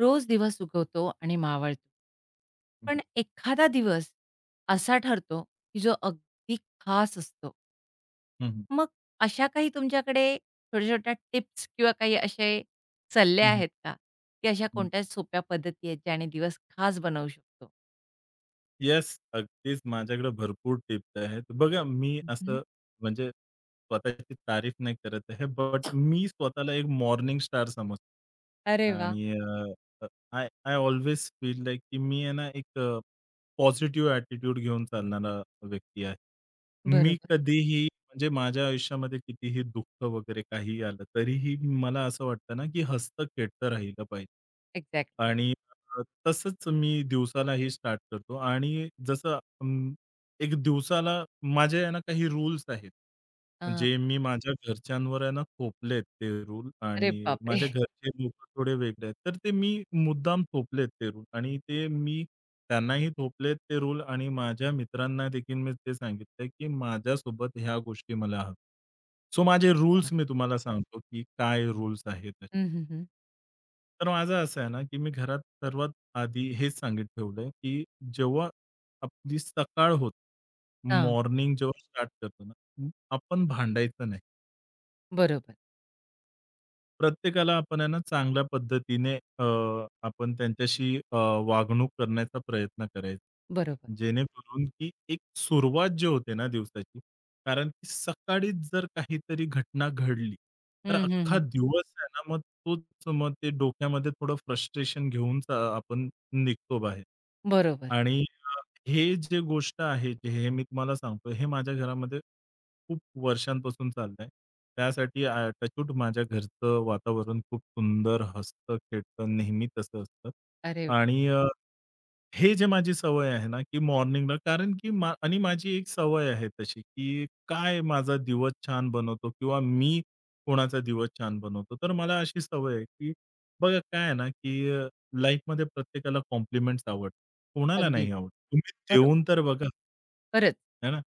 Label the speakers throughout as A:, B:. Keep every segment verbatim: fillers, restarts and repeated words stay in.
A: रोज दिवा सुकवतो आणि मावळतो.
B: हं,
A: पण एखादा दिवस असा ठरतो, की जो अगदी खास असतो.
B: हं,
A: मग अशा काही तुमच्याकडे छोट्या-छोट्या टिप्स किंवा काही असे सल्ले
B: हं, हं,
A: आहेत का? की अशा
B: हं,
A: कोणत्या सोप्या पद्धती आहेत, ज्याने दिवस खास बनवू शकतो?
B: येस, अगदीच माझ्याकडे भरपूर टिप्स आहेत. बघा मी
A: हं,
B: असं म्हणजे स्वतःची तारीफ नाही करत आहे, बट मी स्वतःला एक मॉर्निंग स्टार समजतो
A: अरे वा,
B: आणि uh, I I always feel like की मी आहे ना एक पॉझिटिव्ह ॲटिट्यूड घेऊन चालणारा व्यक्ती आहे. मी
A: बरोबर.
B: कधीही म्हणजे माझ्या आयुष्यामध्ये कितीही दुःख वगैरे काहीही आलं, तरीही मला असं वाटतं ना की हसतं खेळतं राहिलं पाहिजे
A: एक्झॅक्टली.
B: आणि तसंच मी दिवसालाही स्टार्ट करतो आणि जसं अं, एक दिवसाला माझे आहे ना काही रूल्स आहेत. जे मी माझ्या घरच्यांवर आहे ना थोपलेत ते रूल
A: अरे
B: आणि
A: बापरे!
B: माझ्या घरचे लोकं थोडे वेगळे आहेत. तर ते मी मुद्दाम थोपलेत ते रूल आणि ते मी त्यांनाही थोपलेत ते रूल आणि माझ्या मित्रांना देखील मी ते सांगितलंय, की माझ्यासोबत ह्या गोष्टी मला हव्या. सो माझे
A: अच्छा.
B: रूल्स मी तुम्हाला सांगतो, की काय रूल्स आहेत.
A: हं, हं, हं.
B: तर माझं असं आहे ना, की मी घरात सर्वात आधी हेच सांगित ठेवलंय, की जेव्हा आपली सकाळ होते,
A: हां.
B: मॉर्निंग जेव्हा स्टार्ट करतो ना, आपण भांडायचं नाही.
A: बरोबर,
B: प्रत्येकाला आपण आहे ना, चांगल्या पद्धतीने अ, आपण त्यांच्याशी अ, वागणूक करण्याचा प्रयत्न करायचा.
A: बरोबर.
B: जेणेकरून की एक सुरुवात जी होते ना दिवसाची, कारण की सकाळीच जर काहीतरी घटना घडली, तर
A: हं, हं,
B: अख्खा
A: हं.
B: दिवस आहे ना, मग तोच मग ते डोक्यामध्ये थोडं फ्रस्ट्रेशन घेऊन अ, आपण निघतो बाहेर.
A: बरोबर.
B: आणि हे जे गोष्ट आहे, जे हे मी तुम्हाला सांगतो, हे माझ्या घरामध्ये खूप वर्षांपासून चाललंय. त्यासाठी अ, टच वूड माझ्या घरचं वातावरण खूप सुंदर हसतं, खेळतं, नेहमी तसं असतं
A: अरे वाह!
B: आणि अ, हे जे माझी सवय आहे ना, की मॉर्निंगला कारण की मा आणि माझी एक सवय आहे तशी, की काय माझा दिवस छान बनवतो किंवा मी कोणाचा दिवस छान बनवतो. तर मला अशी सवय आहे, की बघा काय आहे ना, की अ, लाईफमध्ये प्रत्येकाला कॉम्प्लिमेंट्स आवडतात. कोणाला
A: अगदी
B: नाही आवडत. तुम्ही देऊन
A: बरोबर.
B: तर बघा,
A: खरंच.
B: आहे ना.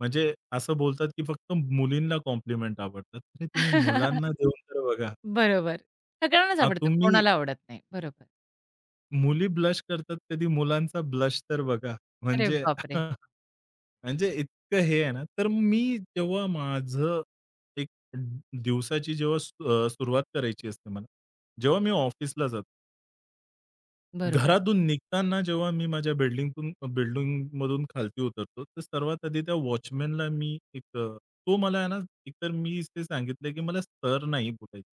B: म्हणजे असं बोलतात, की फक्त मुलींना कॉम्प्लिमेंट आवडतात. अरे तुम्ही मुलांना देऊन तर बघा.
A: बरोबर. सगळ्यांनाच
B: अ,
A: आवडतं,
B: तुम्ही
A: कोणाला आवडत नाही. बरोबर.
B: मुली ब्लश करतात, कधी मुलांचा ब्लश तर बघा.
A: अरे
B: म्हणजे
A: बापरे!
B: म्हणजे इतकं हे आहे ना, तर मी जेव्हा माझं एक दिवसाची जेव्हा सु- अ, सुरुवात करायची असते मला, जेव्हा मी ऑफिसला जातो.
A: बरोबर.
B: घरातून निघताना जेव्हा मी माझ्या बिल्डिंगतून बिल्डिंगमधून खालती उतरतो, तर सर्वात आधी त्या वॉचमनला मी एक अ, तो मला आहे ना, एकतर मी ते सांगितलं, की मला सर नाही बोलायचं.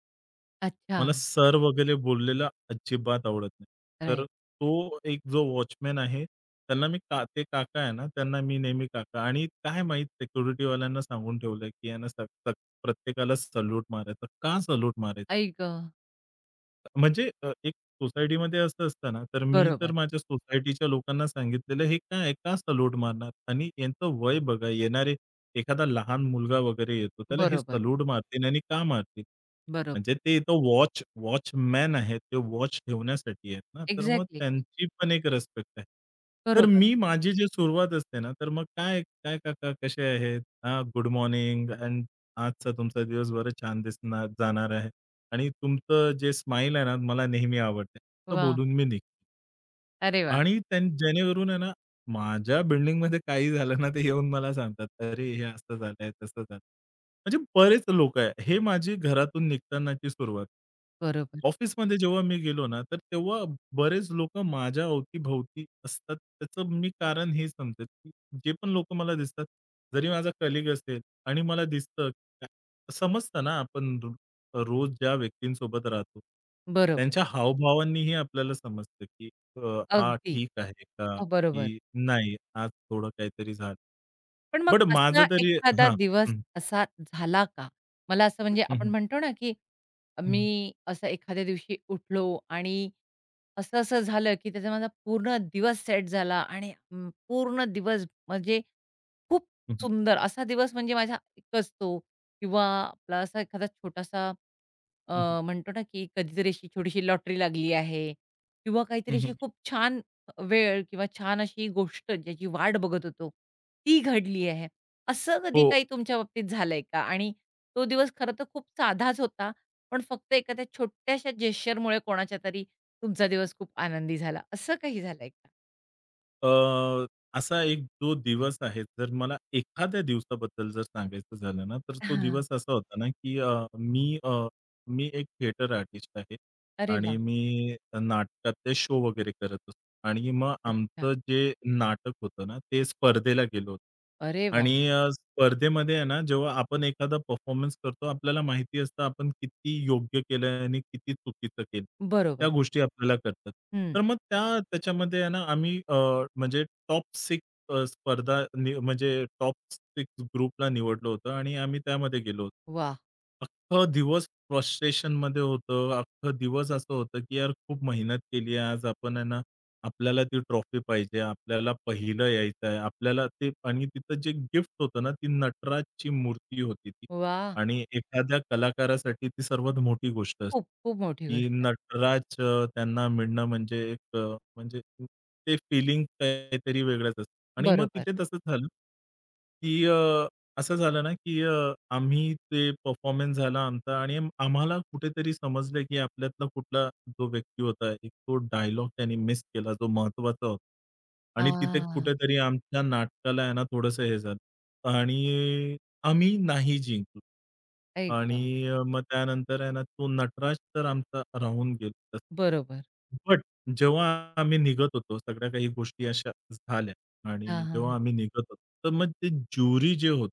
A: अच्छा.
B: मला सर वगैरे बोललेलं अजिबात आवडत नाही. तर
A: राइट.
B: तो एक जो वॉचमन आहे, त्यांना मी का ते काका आहे ना, त्यांना मी नेहमी काका आणि काय माहीत सिक्युरिटीवाल्यांना सांगून ठेवलंय, की यांना स स प्रत्येकाला सॅल्यूट मारायचा. का सॅल्यूट मारायचा?
A: आई गं!
B: म्हणजे अ, एक सोसायटीमध्ये असं असतं ना, तर मी
A: बरोबर,
B: तर माझ्या सोसायटीच्या लोकांना सांगितलेलं, "हे काय? का सलोट मारणार?" आणि यांचं वय बघा, येणारे एखादा लहान मुलगा वगैरे येतो, त्याला हे
A: बरोबर,
B: सलोट मारतील आणि का मारतील? म्हणजे
A: बरोबर.
B: ते इथं वॉच वॉचमॅन आहेत. ते वॉच ठेवण्यासाठी आहेत ना, तर मग
A: एक्झॅक्टली.
B: त्यांची पण एक रिस्पेक्ट आहे. तर
A: बरोबर.
B: मी माझी जी सुरुवात असते ना, तर मग "काय, काय काका कसे आहेत? हां, गुड मॉर्निंग अँड आजचा तुमचा दिवस बरं छान दिसणार जाणार आहे." आणि तुमचं जे स्माईल आहे ना, मला नेहमी आवडते. तर
A: वाह!
B: बोलून मी निघतो.
A: अरे वाह!
B: आणि त्यां जेणेकरून आहे ना, माझ्या बिल्डिंगमध्ये काही झालं ना, ते येऊन मला सांगतात, "अरे, हे असं झालंय, तसं झालं." म्हणजे बरेच लोकं आहे. हे माझी घरातून निघतानाची सुरुवात.
A: बरोबर,
B: ऑफिसमध्ये जेव्हा मी गेलो ना, तर तेव्हा बरेच लोकं माझ्या अवती असतात. त्याचं मी कारण हे समजेल, की जे पण लोकं मला दिसतात, जरी माझा कलीग असेल आणि मला दिसतं, समजतं ना, आपण रो रोज ज्या व्यक्तींसोबत राहतो,
A: बरोबर.
B: त्यांच्या हावभावांनीही आपल्याला समजतं, की अ, हा
A: अगदी.
B: ठीक आहे का?
A: अ, बरोबर.
B: की नाही आज थोडं काहीतरी झालं.
A: पण मग
B: बट माझं
A: असा
B: तरी
A: एखादा
B: हां.
A: दिवस
B: हं,
A: असा झाला का? मला असं म्हणजे
B: हं,
A: आपण
B: हं,
A: म्हणतो ना, की
B: हं, हं,
A: मी असं एखाद्या दिवशी उठलो आणि असं-असं झालं, की त्याचा माझा पूर्ण दिवस सेट झाला आणि अं, पूर्ण दिवस म्हणजे खूप सुंदर असा दिवस म्हणजे माझा एकच तो किंवा आपला असा एखादा छोटासा
B: हं,
A: अ, म्हणतो ना, की कधीतरी अशी छोटीशी लॉटरी लागली आहे किंवा
B: हं,
A: काहीतरी अशी
B: हं.
A: खूप छान वेळ किंवा छान अशी गोष्ट ज्याची वाट बघत होतो, ती घडली आहे. असं कधी
B: हो.
A: काही तुमच्या बाबतीत झालंय का? आणि तो दिवस खरं तर खूप साधाच होता, पण फक्त एखाद्या छोट्याशा जेस्चरमुळे कोणाच्यातरी तुमचा दिवस खूप आनंदी झाला, असं काही झालंय का?
B: अ, असा एक जो दिवस आहे जर मला एखाद्या दिवसाबद्दल जर सांगायचं झालं ना, तर तो
A: हां.
B: दिवस असा होता ना, की अ, मी अ, मी एक थिएटर आर्टिस्ट आहे
A: अरे
B: आणि
A: वाह!
B: मी नाटकातले शो वगैरे करत असतो. आणि मग
A: अच्छा.
B: आमचं जे नाटक होतं ना, ते स्पर्धेला गेलो होतं.
A: अरे वाह!
B: आणि अ, स्पर्धेमध्ये आहे ना, जेव्हा आपण एखादा परफॉर्मन्स करतो, आपल्याला माहिती असतं आपण किती योग्य केलंय आणि किती चुकीचं केलं. त्या
A: बरोबर.
B: गोष्टी आपल्याला कळतात.
A: हं.
B: तर मग त्या त्याच्यामध्ये आहे ना, आम्ही अ, म्हणजे टॉप सहा स्पर्धा नि म्हणजे टॉप सहा ग्रुपला निवडलं होतं आणि आम्ही त्यामध्ये गेलो होतो.
A: वाह!
B: अख्खा दिवस फ्रस्ट्रेशनमध्ये होतं. अख्खा दिवस असं होतं, की यार खूप मेहनत केली आहे आज आपण आहे ना, आपल्याला ती ट्रॉफी पाहिजे, आपल्याला पहिलं यायचं आहे. आपल्याला ते आणि तिथं जे गिफ्ट होतं ना, ती नटराजची मूर्ती होती ती
A: वाह!
B: आणि एखाद्या कलाकारासाठी ती सर्वात मोठी गोष्ट असते.
A: खूप, खूप मोठी
B: की
A: गोष्ट आहे.
B: नटराज अ, त्यांना मिळणं म्हणजे एक अ, म्हणजे ते फीलिंग काहीतरी वेगळंच असतं आणि मग
A: बरोबर.
B: तिथे तसंच झालं, की अ असं झालं ना, की अ, आम्ही ते परफॉर्मन्स झाला आमचा आणि आम- आम्हाला कुठेतरी समजलं, की आपल्यातला कुठला जो व्यक्ती होता, एक तो डायलॉग त्याने मिस केला, जो महत्त्वाचा होता. आणि तिथे
A: आह!
B: कुठेतरी आमच्या नाटकाला आहे ना, थोडंसं हे झालं आणि आम्ही नाही जिंकलो.
A: आई
B: आणि
A: गं!
B: अ, मग त्यानंतर आहे ना, तो नटराज तर आमचा राहून गेला
A: बरोबर.
B: बट जेव्हा आम्ही निघत होतो, सगळ्या काही गोष्टी अशा झाल्या. आणि
A: हां, हां,
B: जेव्हा
A: हां.
B: आम्ही निघत होतो, तर मग ते ज्युरी जे होतं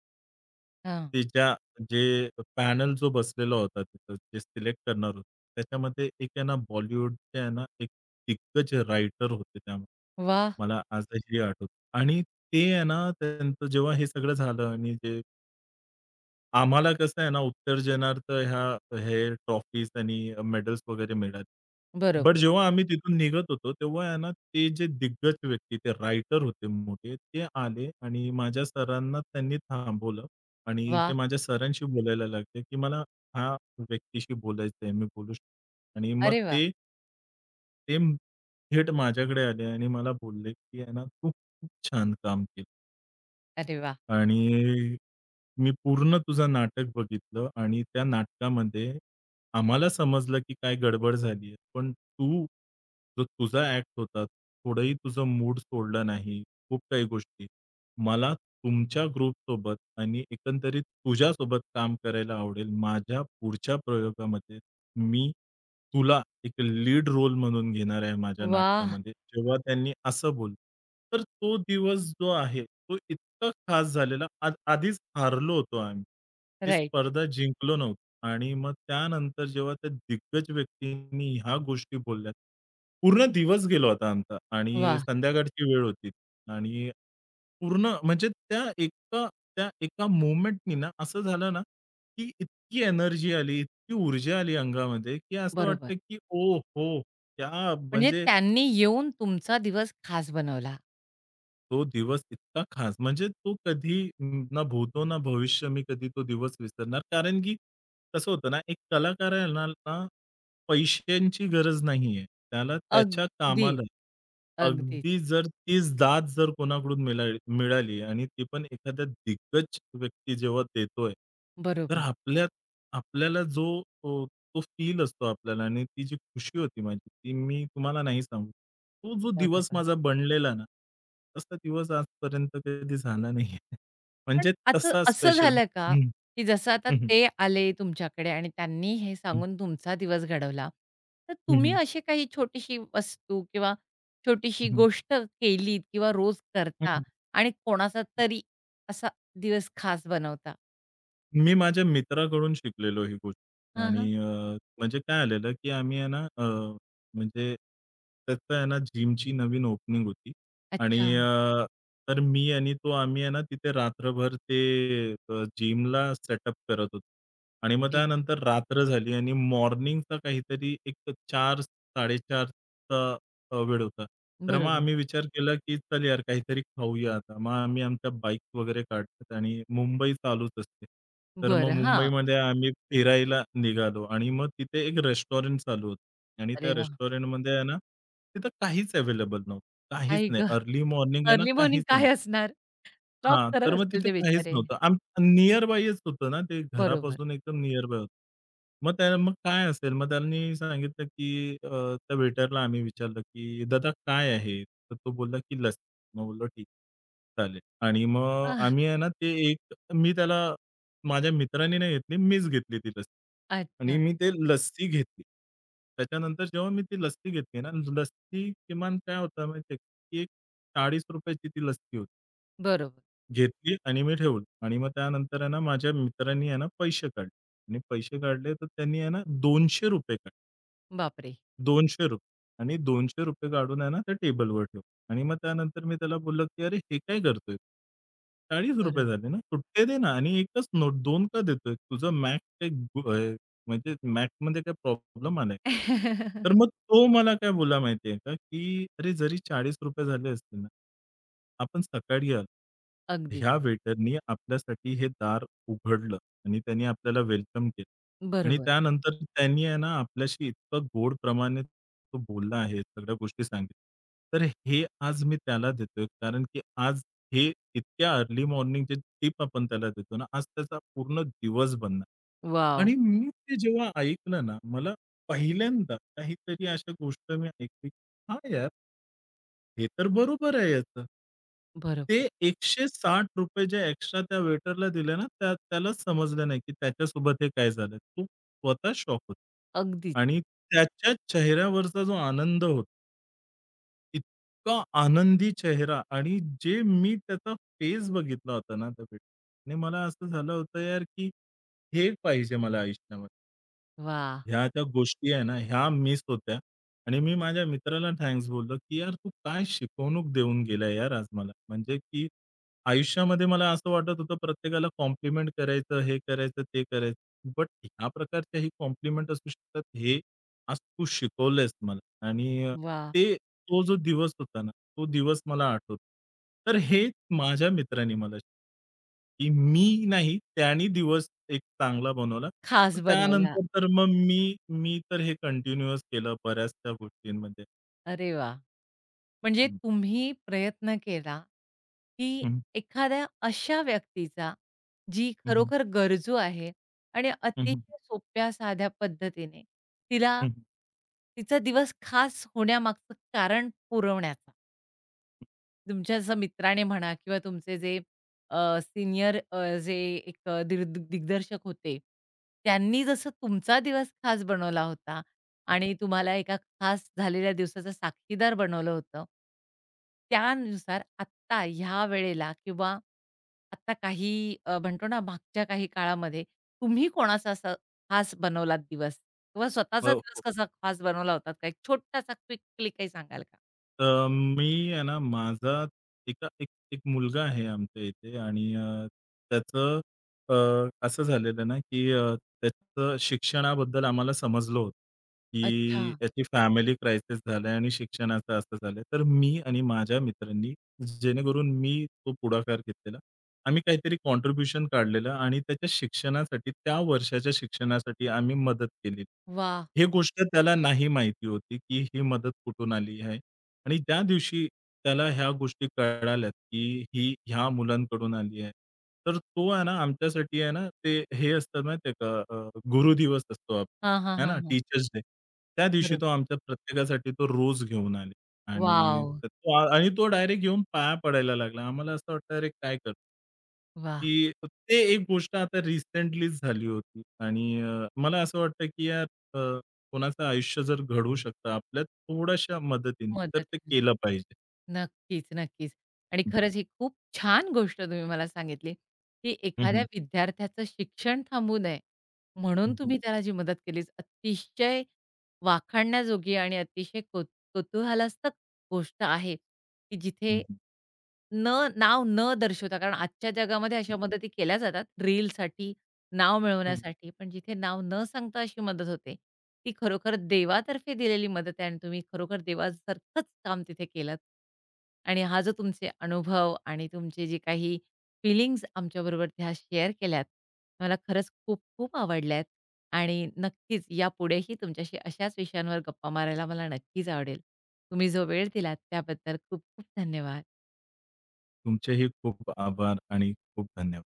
A: हां.
B: त्याच्या जे पॅनल जो बसलेला होता तिथं, जे सिलेक्ट करणार होतं, त्याच्यामध्ये एक आहे ना बॉलिवूडचे आहे ना एक दिग्गज रायटर होते त्यामध्ये.
A: वाह!
B: मला आजही आठवतं आणि ते आहे ना त्यांचं जेव्हा हे सगळं झालं आणि जे आम्हाला कसं आहे ना, उत्तर्जनार्थ ह्या हे ट्रॉफीज आणि मेडल्स वगैरे मिळाले. बट
A: बरोबर.
B: जेव्हा आम्ही तिथून निघत होतो, तेव्हा आहे ना, ते जे दिग्गज व्यक्ती, ते रायटर होते मोठे, ते आले आणि माझ्या सरांना त्यांनी थांबवलं आणि ते
A: वाह!
B: माझ्या सरांशी बोलायला लागले, की मला ह्या व्यक्तीशी बोलायचं आहे, मी बोलू शकतो आणि मग
A: अरे वाह!
B: ते, ते म- थेट माझ्याकडे आले आणि मला बोलले, की आहे ना, "तू खूप छान काम केलं"
A: अरे वाह!
B: आणि मी पूर्ण तुझं नाटक बघितलं आणि त्या नाटकामध्ये आम्हाला समजलं, की काय गडबड झाली आहे. पण तू जो तुझा ॲक्ट होता, थोडंही तुझं मूड सोडला नाही. खूप काही गोष्टी. मला तुमच्या ग्रुपसोबत आणि एकंदरीत तुझ्यासोबत काम करायला आवडेल. माझ्या पुढच्या प्रयोगामध्ये मी तुला एक लीड रोल म्हणून घेणार आहे माझ्या
A: वाह!
B: नाटकामध्ये." जेव्हा त्यांनी असं बोललं, तर तो दिवस जो आहे, तो इतकं खास झालेलं. आ आधीच हारलो होतो आम्ही. ती
A: राइट.
B: स्पर्धा जिंकलो नव्हतो. आणि मग त्यानंतर जेव्हा त्या दिग्गज व्यक्तींनी ह्या गोष्टी बोलल्या, पूर्ण दिवस गेलो होता आमचा आणि
A: वाह!
B: संध्याकाळची वेळ होती आणि पूर्ण म्हणजे त्या एका त्या एका मोमेंटनी ना असं झालं ना, की इतकी एनर्जी आली, इतकी ऊर्जा आली अंगामध्ये, की असं
A: बरोबर.
B: वाटतं, की ओहो! त्या
A: म्हणजे
B: म्हणजे
A: त्यांनी येऊन तुमचा दिवस खास बनवला.
B: तो दिवस इतका खास, म्हणजे तो कधी म, ना भूतो ना भविष्य मी कधी तो दिवस विसरणार. कारण की कसं होतं ना, एक कलाकार आहे ना ना, पैशांची गरज नाहीये. त्याला त्याच्या कामाला
A: अगदीच, अगदीच.
B: अगदी जर ती दाद जर कोणाकडून मिळाली मिळाली आणि ती पण एखाद्या दिग्गज व्यक्ती जेव्हा देतोय, तर
A: बरोबर,
B: आपल्यात आपल्याला जो तो फील असतो आपल्याला आणि ती जी खुशी होती माझी, ती मी तुम्हाला नाही सांगू. तो जो दिवस
A: बरोबर.
B: माझा बनलेला ना, तसा दिवस आजपर्यंत कधी झाला नाहीये.
A: पण
B: म्हणजे
A: आता
B: तसा
A: असं
B: स्पेशल.
A: झालं का,
B: हं,
A: की जसं आता ते आले तुमच्याकडे आणि त्यांनी हे सांगून तुमचा दिवस घडवला. तर तुम्ही अशी काही छोटीशी वस्तू किंवा छोटीशी गोष्ट केलीत किंवा रोज करता आणि कोणाचा तरी असा दिवस खास बनवता?
B: मी माझ्या मित्राकडून शिकलेलो ही गोष्ट
A: हां,
B: आणि
A: हां.
B: अ, म्हणजे काय आलेलं, की आम्ही आहे ना अ, म्हणजे त्याचं आहे ना जिमची नवीन ओपनिंग होती
A: अच्छा.
B: आणि अ, तर मी आणि तो आम्ही आहे ना तिथे रात्रभर ते अ, जिमला सेटअप करत होतो आणि मग
A: ओके.
B: त्यानंतर रात्र झाली आणि मॉर्निंगचा काहीतरी एक चार साडेचार अ, वेळ होता. तर मग
A: बरोबर.
B: आम्ही विचार केला, की चल यार काहीतरी खाऊया आता. मग आम्ही आमच्या बाईक्स वगैरे काढतात आणि मुंबई चालूच असते. तर मग
A: बरं. हां.
B: मुंबईमध्ये आम्ही फिरायला निघालो आणि मग तिथे एक रेस्टॉरंट चालू होतं आणि त्या
A: अरे वाह!
B: रेस्टॉरंटमध्ये आहे ना, तिथं काहीच अवेलेबल नव्हतं. काहीच
A: आई
B: नाही.
A: गं!
B: अर्ली मॉर्निंग आहे ना,
A: अर्ली मॉर्निंग
B: काहीच
A: काय
B: नाही.
A: असणार? जॉब
B: हां,
A: करत
B: तर मग
A: असतील
B: तिथे
A: ते
B: काहीच
A: बिचारे.
B: नव्हतं. आम निअर बायच होतं ना ते
A: बरोबर.
B: घरापासून एकदम निअर बाय होतं. मग त्या मग काय असेल? मग त्यांनी सांगितलं, की अ, त्या वेटरला आम्ही विचारलं, की "दादा काय आहे?" तर तो बोलला, की "लस्सी." मग बोललो, "ठीक आहे, चालेल." आणि मग
A: आह,
B: आम्ही आहे ना ते एक मी त्याला माझ्या मित्राने नाही घेतली, मीच घेतली ती लस्सी आणि
A: अच्छा.
B: मी ते लस्सी घेतली. त्याच्यानंतर जेव्हा मी ती लस्सी घेतली ना, लस्सी किमान काय होतं माहिती आहे का? की एक ₹चाळीस रुपये ची ती लस्सी होती.
A: बरोबर.
B: घेतली आणि मी ठेवली आणि मग त्यानंतर आहे ना, माझ्या मित्रांनी आहे ना, पैसे काढले आणि पैसे काढले तर त्यांनी आहे ना ₹दोनशे रुपये काढले.
A: बापरे!
B: ₹दोनशे रुपये आणि ₹दोनशे रुपये काढून आहे ना, त्या टेबलवर ठेवलं आणि मग त्यानंतर मी त्याला बोललो, की "अरे, हे काय करतोय? ₹चाळीस रुपये
A: बरोबर.
B: झाले ना, सुट्टे दे ना आणि एकच नोट दोन का देतोय? तुझं मॅथ काय गु अ, म्हणजे मॅथमध्ये काय प्रॉब्लेम आलाय?" तर मग तो मला काय बोलला माहिती आहे का, की "अरे, जरी ₹चाळीस रुपये झाले असतील ना, आपण सकाळी आलो.
A: अगदीच.
B: ह्या वेटरनी आपल्यासाठी हे दार उघडलं आणि त्याने आपल्याला वेलकम केलं." आणि
A: बरोबर.
B: त्यानंतर त्यांनी आहे ना आपल्याशी इतकं गोड प्रमाणे तो बोलला आहे, सगळ्या गोष्टी सांगितल्या. तर हे आज मी त्याला देतोय कारण की आज हे इतक्या अर्ली मॉर्निंग जे टिप आपण त्याला देतो ना, आज त्याचा पूर्ण दिवस बनणार.
A: वॉव!
B: आणि मी ते जेव्हा ऐकलं ना, मला पहिल्यांदा काहीतरी अशा गोष्ट मी ऐकली, "हां, यार." हे तर बरोबर आहे याचं. ते
A: बरोबर.
B: ₹शंभर साठ रुपये जे एक्स्ट्रा त्या वेटरला दिले ना, त्या त्यालाच समजलं नाही की त्याच्यासोबत हे काय झालं. तो स्वतः शॉक होतो.
A: अगदीच.
B: आणि त्याच्या चेहऱ्यावरचा जो आनंद होता, इतका आनंदी चेहरा आणि जे मी त्याचा फेस बघितला होता ना, त्या भेटीत, आणि मला असं झालं होतं यार, की हे पाहिजे मला आयुष्यामध्ये.
A: वाह!
B: ह्या ज्या गोष्टी आहे ना, ह्या मिस होत्या आणि मी माझ्या मित्राला थँक्स बोललो, की "यार तू काय शिकवणूक देऊन गेला यार आज मला." म्हणजे की आयुष्यामध्ये मला असं वाटत होतं प्रत्येकाला कॉम्प्लिमेंट करायचं, हे करायचं, ते करायचं. बट ह्या प्रकारच्याही कॉम्प्लिमेंट असू शकतात, हे आज तू शिकवलंयस मला आणि
A: वाह!
B: ते तो जो दिवस होता ना, तो दिवस मला आठवतो. तर हे माझ्या मित्राने मला शिकवलं, की मी नाही, त्यानी दिवस एक चांगला बनवला. तर
A: खास बनवला.
B: त्यानंतर तर मग मी मी तर हे कंटिन्यूअस केलं बऱ्याचशा गोष्टींमध्ये.
A: अरे वाह! म्हणजे
B: हं,
A: तुम्ही प्रयत्न केला, की
B: हं,
A: एखाद्या अशा व्यक्तीचा, जी
B: हं, हं,
A: खरोखर गरजू आहे आणि
B: हं, हं,
A: अतिशय सोप्या साध्या पद्धतीने तिला
B: हं.
A: तिचा दिवस खास होण्यामागचं कारण पुरवण्याचा. तुमच्या असं मित्राने म्हणा किंवा तुमचे जे अ, सीनियर अ, जे एक अ, दिर दिग्दर्शक होते, त्यांनी जसं तुमचा दिवस खास बनवला होता आणि तुम्हाला एका खास झालेल्या दिवसाचा साक्षीदार बनवलं होतं. त्यानुसार आत्ता ह्या वेळेला किंवा आत्ता काही अ, म्हणतो ना मागच्या काही काळामध्ये तुम्ही कोणाचा असा खास बनवलात दिवस किंवा स्वतःचा
B: हो.
A: दिवस
B: हो.
A: कसा खास बनवला होता? काही छोटासा क्विकली काही सांगाल का?
B: अ, मी आहे ना, माझा एका एक एक मुलगा आहे आमच्या इथे आणि अ, त्याचं अ, असं झालेलं ना, की अ, त्याचं शिक्षणाबद्दल आम्हाला समजलं होतं,
A: अच्छा.
B: की त्याची फॅमिली क्रायसिस झालंय आणि शिक्षणाचं असं झालंय. तर मी आणि माझ्या मित्रांनी जेणेकरून मी तो पुढाकार घेतलेला. आम्ही काहीतरी कॉन्ट्रिब्युशन काढलेलं आणि त्याच्या शिक्षणासाठी, त्या वर्षाच्या शिक्षणासाठी आम्ही मदत केली.
A: वाह!
B: ही गोष्ट त्याला नाही माहिती होती, की ही मदत कुठून आली आहे. आणि त्या दिवशी त्याला ह्या गोष्टी कळाल्यात, की ही ह्या मुलांकडून आली आहे. तर तो आहे ना आमच्यासाठी आहे ना, ते हे असतं माहिती का अ, गुरु दिवस असतो
A: हां, हां,
B: आपला, है ना,
A: हां, हां.
B: Teachers day. त्या दिवशी तो
A: बरोबर.
B: आमच्या प्रत्येकासाठी तो रोज घेऊन आले आणि
A: वॉव!
B: त- तो आ- आणि तो डायरेक्ट येऊन पाया पडायला लागला. आम्हाला असं वाटलं अरे काय करतो?
A: वाह!
B: की ते एक गोष्ट आता रिसेंटलीच झाली होती आणि अ, मला असं वाटतं, की यार अ, कोणाचं आयुष्य जर घडवू शकतं थोड्याशा मदतीने, तर ते
A: मदतीने.
B: केलं पाहिजे.
A: नक्कीच, नक्कीच. आणि खरंच ही खूप छान गोष्ट तुम्ही मला सांगितली, की
B: हं,
A: एखाद्या
B: हं,
A: विद्यार्थ्याचं शिक्षण थांबू नये म्हणून
B: हं, हं,
A: तुम्ही त्याला जी मदत केलीच अतिशय वाखाणण्याजोगी आणि अतिशय कौ कुतूहलास्पद गोष्ट आहे, की
B: हं,
A: जिथे
B: हं.
A: न नाव न दर्शवता, कारण आजच्या जगामध्ये अशा मदती केल्या जातात रीलसाठी, नाव
B: हं.
A: मिळवण्यासाठी. पण जिथे नाव न सांगता अशी मदत होते ती खरोखर देवातर्फे दिलेली मदत आहे आणि तुम्ही खरोखर देवासारखंच काम तिथे केलंत. आणि हा जो तुमचे अनुभव आणि तुमचे जे काही फीलिंग्ज आमच्याबरोबर त्या शेअर केल्यात, मला खरंच खूप खूप आवडल्यात आणि नक्कीच यापुढेही तुमच्याशी अशाच विषयांवर गप्पा मारायला मला नक्कीच आवडेल. तुम्ही जो वेळ दिलात त्याबद्दल खूप खूप धन्यवाद.
B: तुमचेही खूप आभार आणि खूप धन्यवाद.